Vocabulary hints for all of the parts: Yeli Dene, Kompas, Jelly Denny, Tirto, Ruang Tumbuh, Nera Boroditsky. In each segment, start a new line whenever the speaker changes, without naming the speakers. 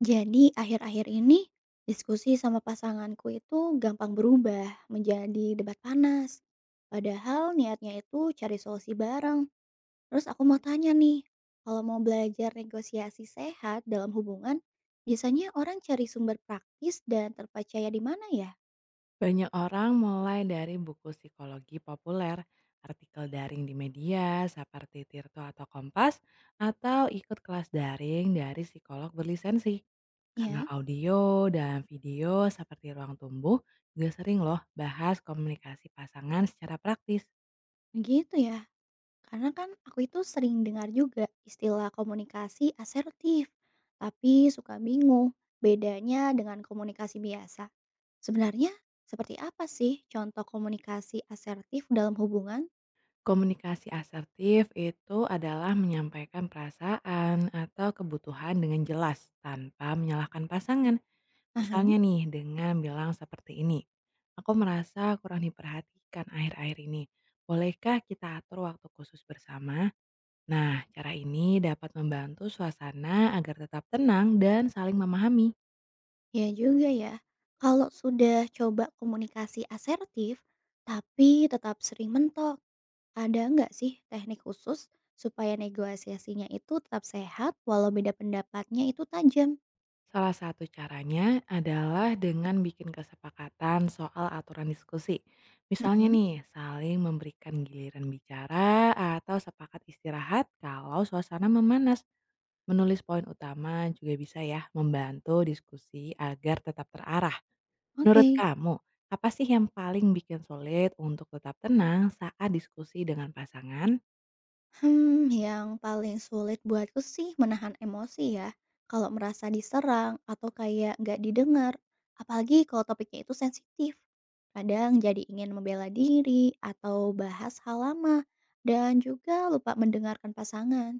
Jadi akhir-akhir ini diskusi sama pasanganku itu gampang berubah menjadi debat panas. Padahal niatnya itu cari solusi bareng. Terus aku mau tanya nih, kalau mau belajar negosiasi sehat dalam hubungan, biasanya orang cari sumber praktis dan terpercaya di mana ya?
Banyak orang mulai dari buku psikologi populer, artikel daring di media seperti Tirto atau Kompas, atau ikut kelas daring dari psikolog berlisensi. Kanal
Ya,
audio dan video seperti Ruang Tumbuh juga sering loh bahas komunikasi pasangan secara praktis.
begitu ya. Karena kan aku itu sering dengar juga istilah komunikasi asertif, tapi suka bingung bedanya dengan komunikasi biasa. Sebenarnya, seperti apa sih contoh komunikasi asertif dalam hubungan?
Komunikasi asertif itu adalah menyampaikan perasaan atau kebutuhan dengan jelas tanpa menyalahkan pasangan.
Aha.
Misalnya nih, dengan bilang seperti ini, "Aku merasa kurang diperhatikan akhir-akhir ini. Bolehkah kita atur waktu khusus bersama?" Nah, cara ini dapat membantu suasana agar tetap tenang dan saling memahami.
Ya juga ya, kalau sudah coba komunikasi asertif, tapi tetap sering mentok, ada nggak sih teknik khusus supaya negosiasinya itu tetap sehat walau beda pendapatnya itu tajam?
Salah satu caranya adalah dengan bikin kesepakatan soal aturan diskusi. Misalnya
Mm-mm.
nih, saling memberikan giliran bicara atau sepakat istirahat kalau suasana memanas. Menulis poin utama juga bisa ya membantu diskusi agar tetap terarah. Menurut
Oke.
kamu, apa sih yang paling bikin sulit untuk tetap tenang saat diskusi dengan pasangan?
Hmm, yang paling sulit buatku sih menahan emosi ya. Kalau merasa diserang atau kayak nggak didengar, apalagi kalau topiknya itu sensitif. Kadang jadi ingin membela diri atau bahas hal lama dan juga lupa mendengarkan pasangan.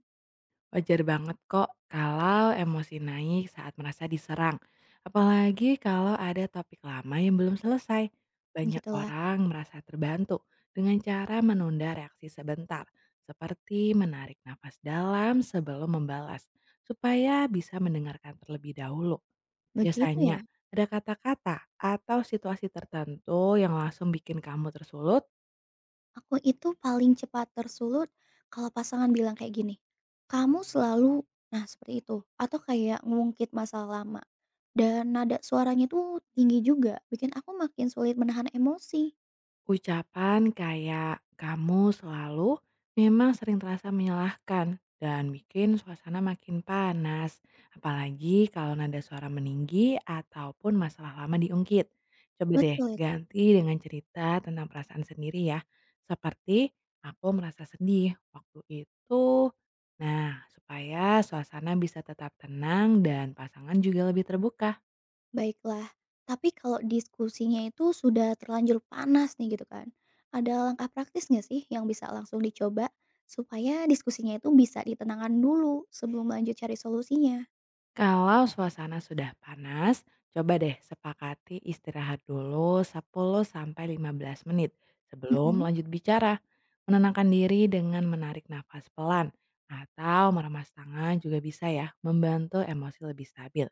Wajar banget kok kalau emosi naik saat merasa diserang. Apalagi kalau ada topik lama yang belum selesai. Banyak
Begitulah.
orang merasa terbantu dengan cara menunda reaksi sebentar, seperti menarik nafas dalam sebelum membalas, supaya bisa mendengarkan terlebih dahulu.
Begitu ya.
Biasanya, ada kata-kata atau situasi tertentu yang langsung bikin kamu tersulut.
Aku itu paling cepat tersulut kalau pasangan bilang kayak gini, "Kamu selalu" nah seperti itu, atau kayak ngungkit masalah lama. Dan nada suaranya tuh tinggi juga, bikin aku makin sulit menahan emosi.
Ucapan kayak "kamu selalu" memang sering terasa menyalahkan dan bikin suasana makin panas, apalagi kalau nada suara meninggi ataupun masalah lama diungkit. Coba deh
Betul,
ganti dengan cerita tentang perasaan sendiri ya, seperti "aku merasa sedih waktu itu". Nah, supaya suasana bisa tetap tenang dan pasangan juga lebih terbuka.
baiklah. Tapi kalau diskusinya itu sudah terlanjur panas nih gitu kan, ada langkah praktis nggak sih yang bisa langsung dicoba supaya diskusinya itu bisa ditenangkan dulu sebelum lanjut cari solusinya?
Kalau suasana sudah panas, coba deh sepakati istirahat dulu 10 sampai 15 menit sebelum
Mhm.
lanjut bicara. Menenangkan diri dengan menarik nafas pelan atau meremas tangan juga bisa ya, membantu emosi lebih stabil.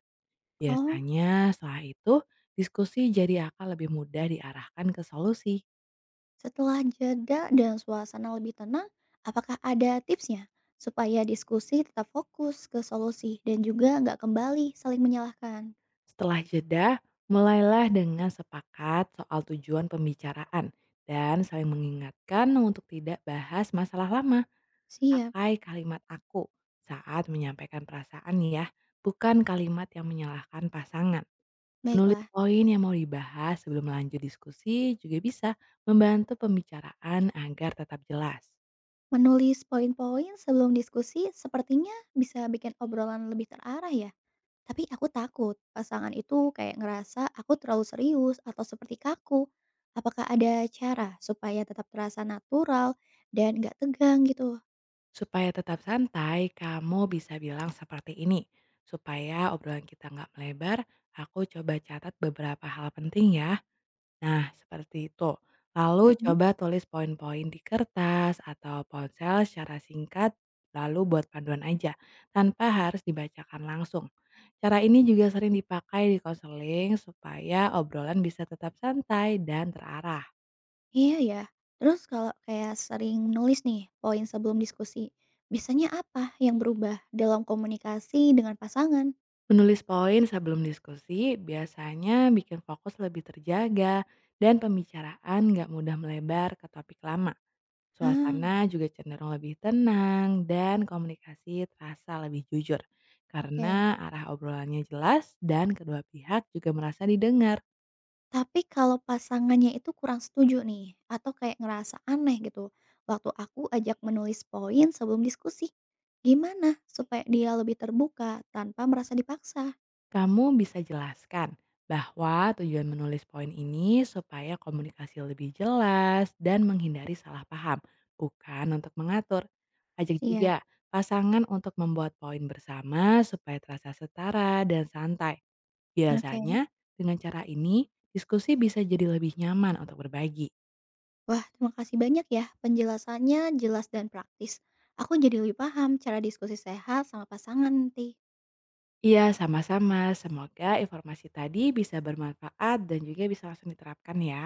Oh.
Biasanya setelah itu diskusi jadi akan lebih mudah diarahkan ke solusi.
Setelah jeda dan suasana lebih tenang, apakah ada tipsnya supaya diskusi tetap fokus ke solusi dan juga nggak kembali saling menyalahkan?
Setelah jeda, mulailah dengan sepakat soal tujuan pembicaraan dan saling mengingatkan untuk tidak bahas masalah lama.
Siap,
Pakai kalimat "aku" saat menyampaikan perasaan ya, bukan kalimat yang menyalahkan pasangan. Menulis
baiklah.
poin yang mau dibahas sebelum lanjut diskusi juga bisa membantu pembicaraan agar tetap jelas.
Menulis poin-poin sebelum diskusi sepertinya bisa bikin obrolan lebih terarah ya. Tapi aku takut pasangan itu kayak ngerasa aku terlalu serius atau seperti kaku. Apakah ada cara supaya tetap terasa natural dan nggak tegang gitu?
Supaya tetap santai, kamu bisa bilang seperti ini. Supaya obrolan kita nggak melebar, aku coba catat beberapa hal penting ya. Nah, seperti itu. Lalu coba tulis poin-poin di kertas atau ponsel secara singkat, lalu buat panduan aja, tanpa harus dibacakan langsung. Cara ini juga sering dipakai di konseling supaya obrolan bisa tetap santai dan terarah.
Iya ya. Terus kalau kayak sering menulis nih poin sebelum diskusi, biasanya apa yang berubah dalam komunikasi dengan pasangan?
Menulis poin sebelum diskusi biasanya bikin fokus lebih terjaga dan pembicaraan nggak mudah melebar ke topik lama.
Ah,
Suasana juga cenderung lebih tenang dan komunikasi terasa lebih jujur
oke.
karena arah obrolannya jelas dan kedua pihak juga merasa didengar.
Tapi kalau pasangannya itu kurang setuju nih, atau kayak ngerasa aneh gitu, waktu aku ajak menulis poin sebelum diskusi, gimana supaya dia lebih terbuka tanpa merasa dipaksa?
Kamu bisa jelaskan bahwa tujuan menulis poin ini supaya komunikasi lebih jelas dan menghindari salah paham, bukan untuk mengatur. Ajak
Iya.
juga pasangan untuk membuat poin bersama supaya terasa setara dan santai.
Oke.
Biasanya, dengan cara ini, diskusi bisa jadi lebih nyaman untuk berbagi.
Wah, terima kasih banyak ya penjelasannya jelas dan praktis. Aku jadi lebih paham cara diskusi sehat sama pasangan nanti.
Iya, sama-sama. Semoga informasi tadi bisa bermanfaat dan juga bisa langsung diterapkan ya.